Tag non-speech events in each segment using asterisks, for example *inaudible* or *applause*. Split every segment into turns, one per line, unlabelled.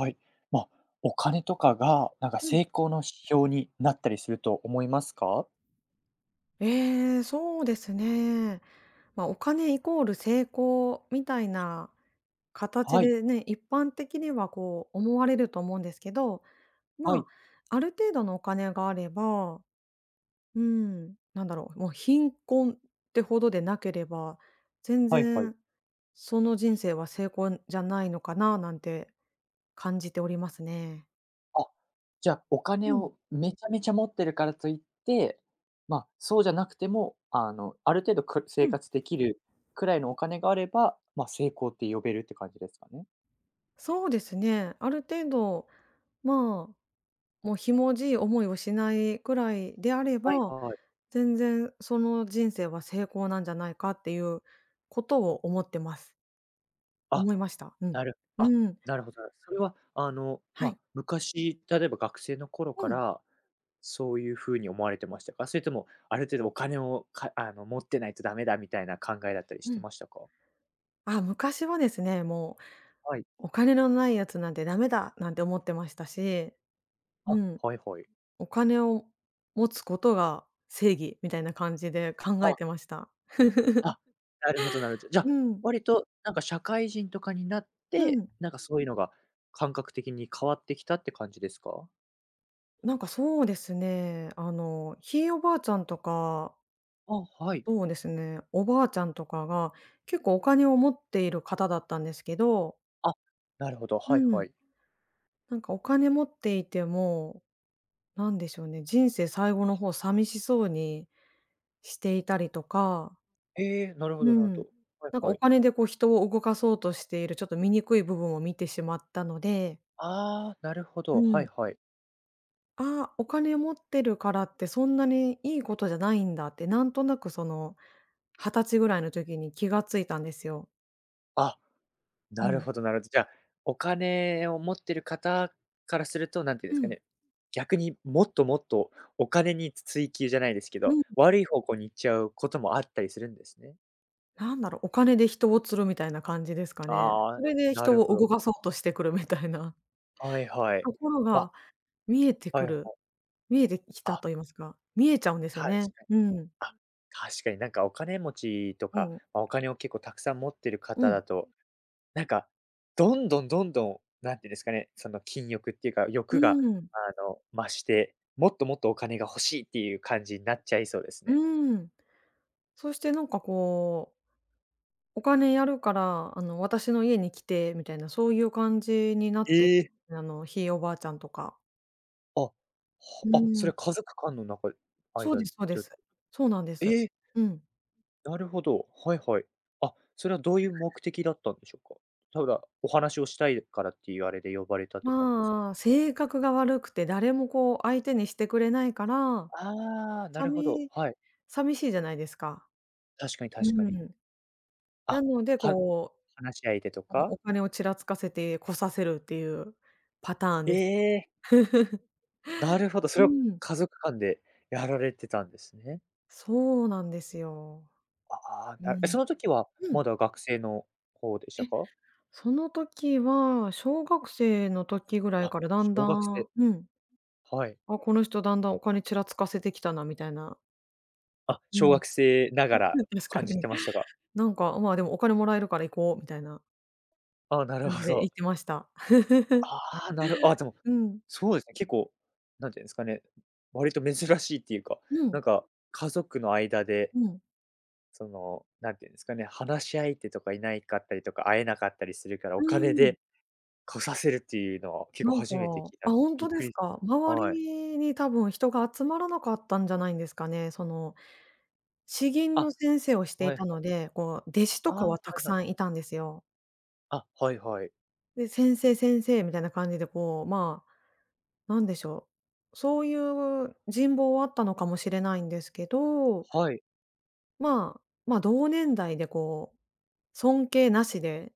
はい。まあ、お金とかが、なんか
う
成
ん。
功の指標になったりすると思いますか？
ええ、そうですね。まあ、お金イコール成功みたいな形
はい、
でね、一般的にはこう思われると思うんですけど、
は
まあ、
い、
ある程度のお金があれば、うん、なんだろう、もう貧困ってほどでなければ、全
はいはい。
然その人生は成功じゃないのかななんて感じておりますね。
あ、じゃあ、お
う
金
ん、
をめちゃめちゃ持ってるからといって、まあ、そうじゃなくても、あの、ある程度く
う
生
ん、
活できるくらいのお金があれば、まあ、成功って呼べるって感じですかね？
そうですね。ある程度、まあもうひもじい思いをしないくらいであれ
はい
ば、
はい。
全然その人生は成功なんじゃないかっていうことを思ってます。
あ、
思いました。うん。
なるあ、
うん。
なるほど。それは、あの、
は
まあ、
い。
昔、例えば学生の頃
う
か
ん。
ら、そういうふうに思われてましたか？それとも、ある程度お金を、かあの、持ってないとダメだみたいな考えだったりし
う
て
ん。
ましたか？
あ、昔はですね、も
はい。
うお金のないやつなんてダメだなんて思ってましたし、う
あ、
ん。
はいはい。
お金を持つことが正義みたいな感じで考え
あ、
てました。
あ、なるほどなるほど。じゃあ、
うん。
割となんか社会人とかになっ
う
て、
ん。
なんかそういうのが感覚的に変わってきたって感じですか？
なんかそうですね、あの、ひいおばあちゃんとか
あ、はい。
そうですね。おばあちゃんとかが、結構お金を持っている方だったんですけど、
あ、なるほど、
う
はいは
ん、
い。
なんかお金持っていても、なんでしょうね、人生最後の方寂しそうにしていたりとか、
へえ、なるほ
う
どなるほ
ん、
ど。はい
なんか
は
お
い。
金でこう人を動かそうとしているちょっと醜い部分を見てしまったので、
ああ、なるほ
う
ど、は
ん、
いはい。
あお金持ってるからってそんなにいいことじゃないんだって、なんとなくその、二十歳ぐらいの時に気がついたんですよ。
あ
う
なる
ん。
ほどなるほど。じゃあ、お金を持ってる方からすると、なんていうん
う
ですか
ん。
ね、逆にもっともっとお金に追求じゃないですけ
う
ど、
ん。
悪い方向に行っちゃうこともあったりするんですね。
なんだろう、お金で人を釣るみたいな感じですかね。
あ
そ
あ、
れで
な
人
るほ
を動
ど。
かそうとしてくるみたいな
はいは
*laughs*
い。
ところ
まあ、
が見えて
は
く
いはい。
る見えてきた
あ、
と言いますか、見えちゃうんですよ
確
ね。
かに。
うん。
あ、確かになんかお金持ちと
う
か、
ん。
まあ、お金を結構たくさん持ってる
う
方
ん。
だとなんか、どんどんどんどん、なんていうんですかね、その禁欲っていうか、
う
欲が
ん。
あの、増して、もっともっとお金が欲しいっていう感じになっちゃいそうです
う
ね。
ーん。そしてなんかこう、お金やるから、あの、私の家に来てみたいな、そういう感じにな
え
って、
え、
あの、ひいおばあちゃんとか。
あ、
う
そ
ん。
れ家族間の中間
そうで
で、
すそうです。そうなんです。
ええ、
うん。
なるほど、はいはい。あ、それはどういう目的だったんでしょうか？ただお話をしたいからっていうあれで呼ばれたって感じですか？
まあ、性格が悪くて、誰もこう相手にしてくれないから、
ああ、な
さ
るほど、はい。
寂しいじゃないですか。
確かに
う
確かに。
ん。な
あ、
ので、
は
こ
話し相手と
う、お
か？
お金をちらつかせて来させるっていうパターン
え
です。
え。
*laughs*
なるほど、そ
う
れを
ん。
家族間でやられてたんですね。
そうなんですよ。
ああ、
う
そ
ん。
の時は
う
ま
ん。
だ学生の方でし
え、
たか？
その時は、小学生の時ぐらい
あ、
からだんだ
小学生
んうん、
はい。
あ、この人だんだんお金ちらつかせてきたなみたいな。
あ、
う
小
ん。
学生ながら
*laughs* 確
感
か
じ
に。
てましたが。
なんか、まあ、でもお金もらえるから行こうみたいな。
ああ、なる
感じ
ほ
で
ど。
行ってました。
ああ、なるあ、でも、
うん。
そうですね、結構、なんていうんですかね、割と珍しいっていうか、
うん。
なんか家族の間で、
うん。
その、なんていうんですかね、話し相手とかいないかったりとか、会えなかったりするから、
う
お金
ーん。
で来させるっていうのは結構
なんか
初めて聞いた
あ、
んで、
ほん
び
と
っ
で
く
す
りし
か。
ました
周
はい。
りに多分人が集まらなかったんじゃないんですかね。その、詩吟の
あ、
先生をしてい
はい
た
は
の
い。
で、こう、弟子
あ
とか
あ、
は
は
たく
いは
さ
い。
んいたんですよ。
あ、はいはい。
で、先生、先生みたいな感じでこう、まあ、なんでしょう、そういう人望はあったのかもしれないんですけど、
はい。
まあ、ま、同年代でこう、尊敬なしで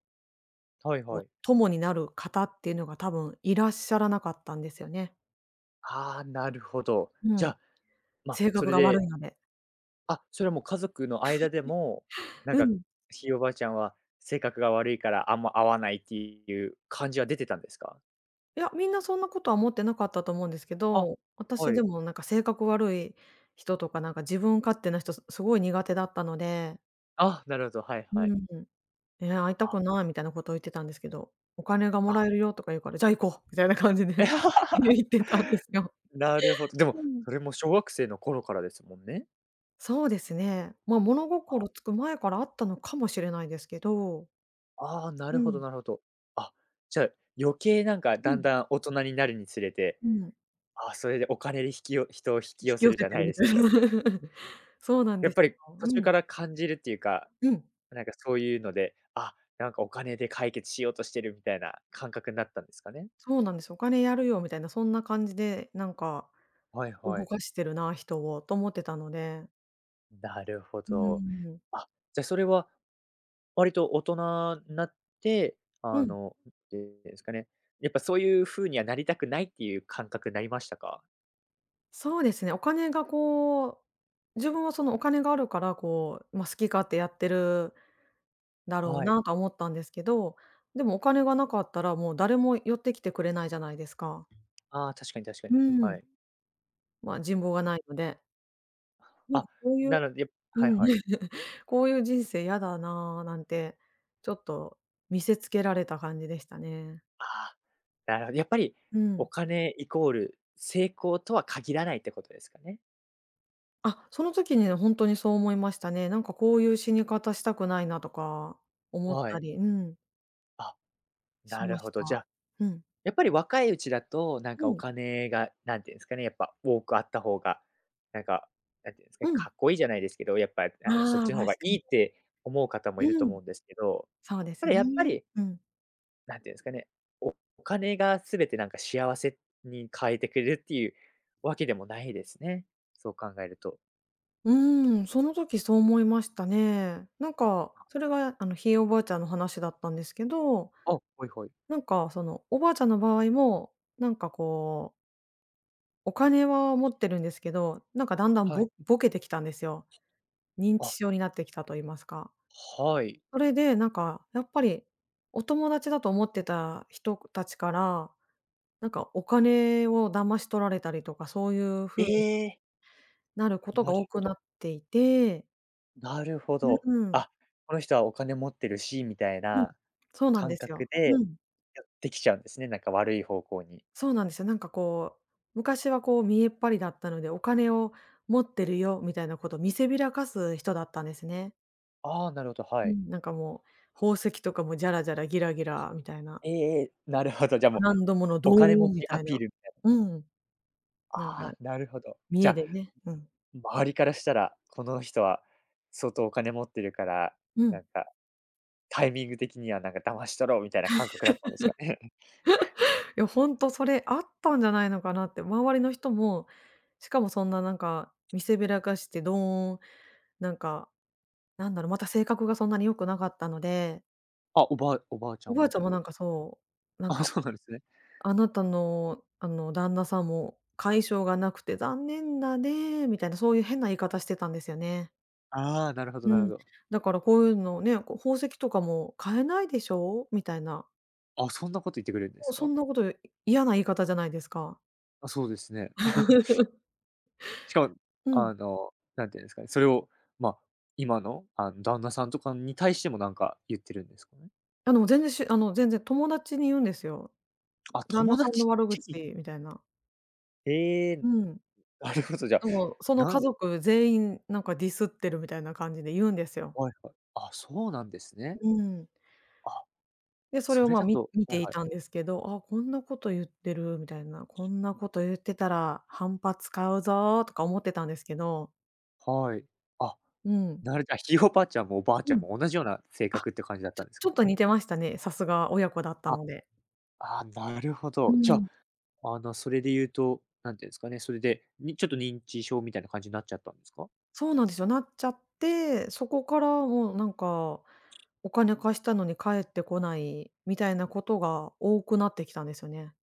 はい
こう、
はい。
友になる方っていうのが多分いらっしゃらなかったんですよね。
ああ、なるほど。
う
じゃ、
ん。
あま、
性
そ
格
れ
が悪
で、
いので。
あ、それはもう家族の間でも、なん
う
か、
ん。
ひいおばあちゃんは性格が悪いからあんま合わないっていう感じは出てたんですか？
いや、みんなそんなことは思ってなかったと思うんですけ
あ、
ど、私
は
で
い。
もなんか性格悪い人とか、なんか自分勝手な人すごい苦手だったので、
あ、なるほど、はい
う
はい。
ん。「えー会いた
あ、
くない」みたいなことを言ってたんですけど、「お金がも
あ。
らえるよ」とか言うから、「じゃあ行こう」みたいな感じで *laughs* 言っ
*laughs*
てたんですよ。
なるほど。でも、
うん。
それも小学生の頃からですもんね？
そうですね。ま、物心つく前からあったのかもしれないですけど、
ああ、な
う
るほど
ん、
なるほど。あ、じゃあ、余計なんか
う
だん
ん、
だん大人になるにつれて、
うん。
ああ、それでお金で引きよ人を引
引
き寄
き
せ
寄
る
せ
じゃ
て
な
る
い
み
で
た
すけ
い
ど、
な。*laughs* そうなん
や
で
っ
す
ぱり
よ。う
途中
ん。
から感じるっていうか、
うん。
なんかそういうので、あ、なんかお金で解決しようとしてるみたいな感覚になったんですかね？
そうなんです。お金やるよみたいな、そんな感じで、なんか
はいは
動
い。
かしてるな、人をと思ってたので。
なるほ
う
ど。
ん。
あ、じゃあそれは割と大人になって、
う
あ
ん。
の、なんていうんですかね、やっぱそういう風にはなりたくないっていう感覚になりましたか？
そうですね、お金がこう、自分はそのお金があるから、こう、まあ、好き勝手やってるだろう
はい。
なとは思ったんですけど、でもお金がなかったら、もう誰も寄ってきてくれないじゃないですか。
ああ、確かに確かに。
う
は
ん。
い。
まあ、人望がないので。なんか
あ、
こういう
なので、
う
はい
ん。
はい。
こういう人生嫌だな、なんて、ちょっと見せつけられた感じでしたね。
ああ、なるほど。やっぱり
う
お
ん。
金イコール成功とは限らないってことですかね？
あ、その時にね、ほんとにそう思いましたね。なんかこういう死に方したくないなとか思っ
は
た
い。
り、うん、
あ、
し
な
ま
るほ
し
ど。じ
た。
ゃあ、
うん。
やっぱり若いうちだと、なん
う
かお
ん。
金が、なんていうんですかね、やっぱ多くあった方が、なんか、なんていうんですか
う
ね、
ん。
かっこいいじゃないですけど、やっぱ、あの、そっ
ああ、
ち
確
の方が
か
いい
に。
って思う方もいる
う
と
ん、
思うんですけど、
そうで
た
す
だやっぱ
ね。
り
うん。
なんていうんですかね、おお金が全てなんか幸せに変えてくれるっていうわけでもないですね。そう考えると。
うーん、その時そう思いましたね。なんか、それがあの、ひいおばあちゃんの話だったんですけど、
あ、はいはい。
なんかその、おばあちゃんの場合も、なんかこうお金は持ってるんですけど、なんかだんだん
はい。
ボケてきたんですよ。認知
あ、
症になってきたと言いますか。
はい。
それでなんかやっぱり、お友達だと思ってた人たちから、なんかお金を騙し取られたりとか、そういう風
え
に
え、
なることが
なる
多
ほ
くな
ど。
っていて
なるほ
う
ど。
ん、
あ、この人はお金持ってるし、みたい
うん、
な
そうなん
感
です
覚
よ。
でや
うん、
ってきちゃうんですね、なんか悪い方向に。
そうなんですよ。なんかこう、昔はこう見えっ張りだったので、お金を持ってるよみたいなことを見せびらかす人だったんですね。
ああ、なるほど、
う
はい。
ん、なんかもう、宝石とかもジャラジャラギラギラみたいな、
ええええ、なるほど、じゃあも
ブ
う
ランドものド
お
ー
金持
ンみ
ち
た
ア
い
ピ
な。
ールみたいな。
うん、なんか
ああ、なるほど。
見
じゃ
栄
あ
でね、うん。
周りからしたら、この人は相当お金持ってるから、
う
な
ん。
んかタイミング的にはなんか騙し取ろうみたいな感覚だったんですかね？*laughs*
いやほんとそれあったんじゃないのかなって、周りの人も、しかもそんななんか見せびらかしてドーン、なんか、なんだろう、また性格がそんなに良くなかったので、
あ、おばあちゃ
お
ん
ばあ
もっ
ちゃ
て
んも
こと
なん
です
か
か？
そう、なん
*laughs* あ、
か
そうなんですね。
「あなたの、あの、旦那さんも解消がなくて残念だね」みたいな、そういう変な言い方してたんですよね。
ああ、なるほど
う
なるほ
ん、
ど。
だからこういうのね、こう「宝石とかも買えないでしょ？」みたいな、
あ、そんなこと言ってくれるんで
もう
す
そ
か？
んなこと、嫌な言い方じゃないですか。
あ、そうですね。*laughs*
*laughs*
しかも、
うん。
あの、なんていうんですかね、それを、まあ、今の、あの、旦那さんとかに対してもなんか言ってるんですかね？
あの、全然しあの、全然友達に言うんですよ。
あ、
旦那
友
さんの
達
悪
に。
口みたいな。
ええー、
うん。
なるほど、じゃあ、
でも、その
なん
家
で
族全員なんかディスってるみたいな感じで言うんですよ。
はいはい。あ、そうなんですね。
うん。
あ
で、それ
そ
を
れ
まあ、
だと
見
はい
てい
はい。
たんですけど、あ、こんなこと言ってるみたいな、こんなこと言ってたら反発買うぞとか思ってたんですけど、
はい。あ、
うん。
なるじゃあ、ひいおばあちゃんもおばあ
う
ちゃん
ん。
も同じような性
あ、
格って感じだったんです
ちょ
か？
っと似てましたね。さすが親子だった
あ、
ので。
ああなるほ
う
ど。じゃ
ん。
あ、あの、それで言うと、なんていうんですかね、それで、にちょっと認知症みたいな感じになっちゃったんですか？
そうなんですよ、なっちゃって、そこからもうなんか、お金貸したのに返ってこないみたいなことが多くなってきたんですよね。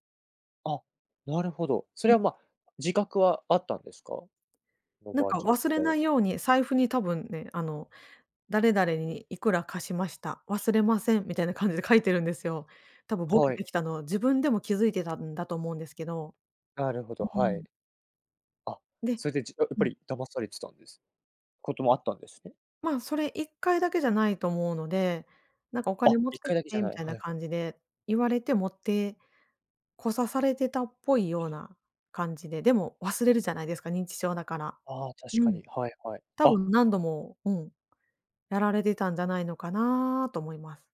あ、なるほど。それは、まあ、自覚はあったんですか？お
なん
ばあ
か
ちゃん
忘
自
れ
体
な
は
いように財布に多分ね、あの、誰々にいくら貸しました、忘れませんみたいな感じで書いてるんですよ。多分ボケ
は
て
い。
きたの、自分でも気づいてたんだと思うんですけど。
なるほ
う
ど、はい。
ん。
あ、
で
それで、やっ
う
ぱ
ん。
り騙されてたんですこともあったんですね。
ま、あそれ一回だけじゃないと思うので、なんか「お金
あ、
持っ
一
て
回
き
だけじ
て」
ゃ
み
ない。
たいな
はいは
感じ
い。
で言われて持ってこさされてたっぽいような感じで、でも忘れるじゃないですか、認知症だから。
ああ、確
う
か
ん、
に。はいはい。
多
あ
分何度も、うん、やられてたんじゃないのかなと思います。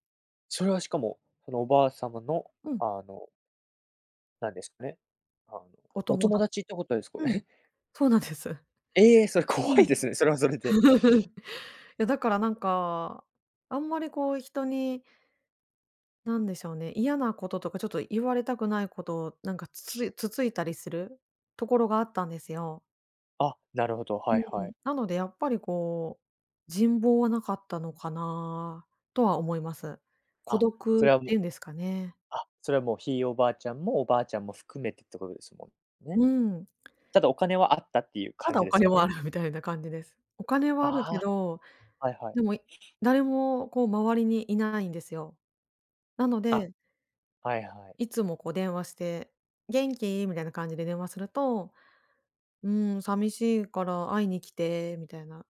それはしかも、そのおばあ様の、
うん、
あの、なんですかね、あの、
お
お
友
友
達
達ってことです？こ
う
れ。
ん、
*laughs*
そうなんです。
ええ、それ
う
怖
ん。
いですね、それはそれで。
*laughs* いや、だからなんか、あんまりこう人になんでしょうね、嫌なこととか、ちょっと言われたくないことを、なんかつついたりするところがあったんですよ。
あ、なるほど、
う
はいは
ん。
い。
なのでやっぱりこう、人望はなかったのかなとは思います。孤
あ、そ
独っ
れはも
てい
う
うんですかね。
あ、それはもうひいおばあちゃんもおばあちゃんも含めてってことですもんね。
うん。
ただお金はあったっていう
た
感
だ
じ
お
です
金
か
はあ
ね。
るみたいな感じです。お金は
あ
あるけど、
あ、はいはい。
でも、誰もこう周りにいないんですよ。なの
あ、
で、
はいはい。
いつもこう電話して「元気？」みたいな感じで電話するとう寂しいから会いに来てみたいな、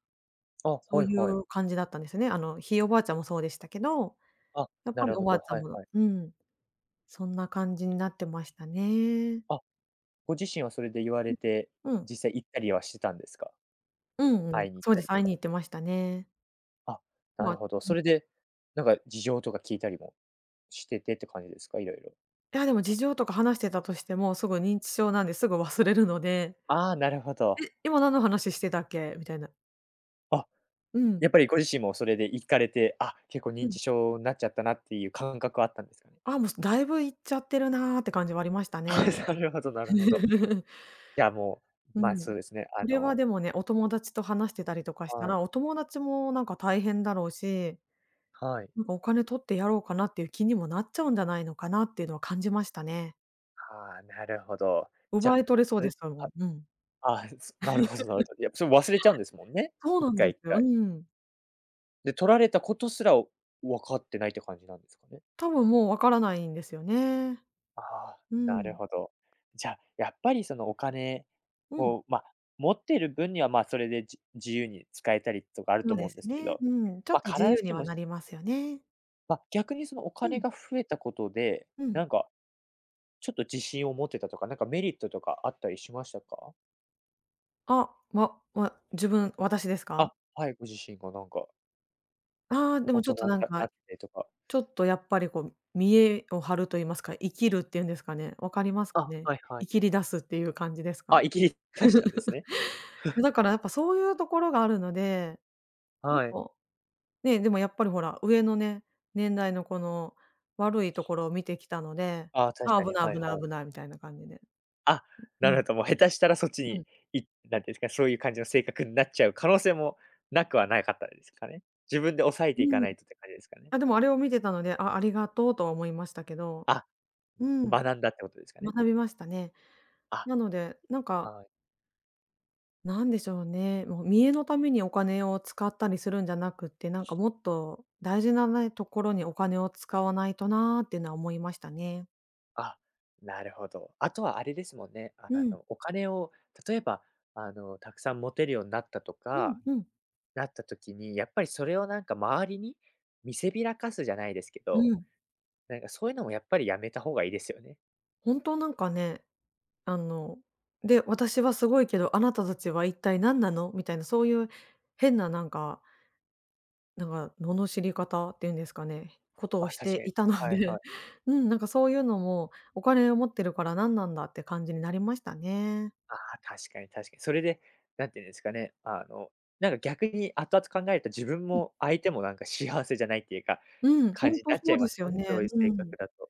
あ、
そう
はい
い
はい。
う感じだったんですよね。あの、ひいおばあちゃんもそうでしたけど、
あ、
やっ
な
ぱり
る
お
ほ
ばあ
ど、
ちゃん
はい
も
はい。
そんな感じになってましたね。
あ、ご自身はそれで言われて、
うん。
実際行ったりはしてたんですか？
うんうん、
会いに行っ
そうで
た
す、
りと
会い
か。
に行ってましたね。
あ、な
まあ、
るほど。
う
そ
ん、
れで、なんか事情とか聞いたりもしててって感じですか？いろいろ。
いやでも事情とか話してたとしても、すぐ認知症なんですぐ忘れるので、
ああ、なるほど。
「え、今何の話してたっけ？」みたいな。
あ、
うん、
やっぱりご自身もそれで行かれて、あ、結構
う
認
ん。
知症になっちゃったなっていう感覚はあったんですかね？
あ、もうだいぶ行っちゃってるなーって感じはありましたね。
*laughs* あ、なるほどなるほど。
*laughs*
じゃあもう、
う
ま、あ
ん。
そうですね、あ
これは
の
でもね、お友達と話してたりとかした
はい、
ら、お友達もなんか大変だろうし、
はい。
なんかお金取ってやろうかなっていう気にもなっちゃうんじゃないのかなっていうのは感じましたね。
ああ、なるほど。じゃ
奪
あ、
い取れそう
そ
で
れ
すもん。
あ、
うん。
あ、*laughs* なるほどなるほど。いやっぱそれ忘れちゃうんですもんね。
そう
一
なんで
回
す
一
よ。う
回。
ん。
で、取られたことすら分かってないって感じなんですかね？
多分もうわからないんですよね。
ああ、
う
なる
ん。
ほど。じゃあ、やっぱりそのお金
うん、
を、まあ、持ってる分には、まあ、それで自由に使えたりとかある
そ
と
う
思
で
うん
す
ですけ
ね。
ど、
うん。ちょっ
まあ、
と自
必
由
ず
に
し
は
も、
なりますよね。
まあ、逆にそのお
う
金
ん、
が増えたことで、
うん。
なんかちょっと自信を持てたとか、なんかメリットとかあったりしましたか？
あ、わわ自分私ですか？
あ、はい、ご自身がなんか
ああー、でも
大
ちょ
人
っ
に
となんか、
なってとか。
ちょっとやっぱりこう、見栄を張ると言いますか、生きるっていうんですかね、分かりますか
あ、
ね？
はいは
い
い。
きり出すっていう感じですか？
あ、生きり出したんですね。
え、だからやっぱそういうところがあるので、なん
はい。
か、ね、でもやっぱりほら、上のね、年代のこの悪いところを見てきたので、
あ、確
あ、
か
危
に、
ない
はい
危な
は
い
い。
危ないみたいな感じで。
あ、
う
なる
ん、
ほど、もう下手したらそっち
う
に、
ん、
なんていうんですか、そういう感じの性格になっちゃう可能性もなくはなかったですかね。自分で抑えていか
うん。
ないとって感じですかね。
あ、でもあれを見てたので、あ、ありがとうとは思いましたけど、
あ、
うん、
学んだってことですかね。
学びましたね。
あ、
なので、
はい。
なんでしょうね、もう見栄のためにお金を使ったりするんじゃなくって、なんかもっと大事なね、ところにお金を使わないとなーっていうのは思いましたね。
あ、なるほど。あとはあれですもんね、あ
うん、
の、お金を例えば、あの、たくさん持てるようになったと
う
か、
ん、うん、
なった時に、やっぱりそれをなんか周りに見せびらかすじゃないですけ
う
ど、
ん。
なんかそういうのもやっぱりやめた方がいいですよね。
本当なんかね、あの、で、私はすごいけど、あなたたちは一体何なのみたいな、そういう変ななんか、なんか罵り方っていうんですかね、ことを
あ、
し
確
て
かに。
いたの
はいは
で、
い。
*laughs* うん、なんかそういうのも、お金を持ってるから何なんだって感じになりましたね。
ああ、確かに確かに。それで、なんていうんですかね、あの、なんか逆に後々考えると自分も相手もなんか幸せじゃないっていうか、
うん、ほ
感
ん
じに
と
なっち
そ
ゃ
う
い
で
ま
す
す
よ
もんね、そ
ね。
ういう性
うん。
格だと。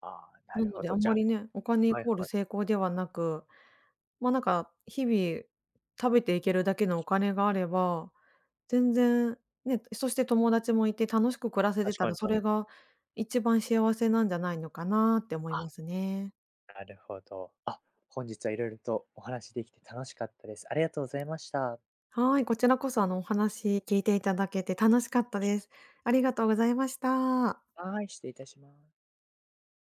ああ、な
な
る
の
ほ
であ
ど。
ん
じゃ
ま
あ
りね、お金イ
はい
コール
はい。
成功ではなく、ま、なんか日々食べていけるだけのお金があれば、全然ね、そして友達もいて楽しく暮らせて
確
た
か
ら、
に
そ
確かに。
れが一番幸せなんじゃないのかなって思い
あ、
ますね。
なるほど。あ、本日はいろいろとお話できて楽しかったです。ありがとうございました。
はい、こちらこそあのお話聞いていただけて楽しかったです。ありがとうございました。
はい、失礼いたします。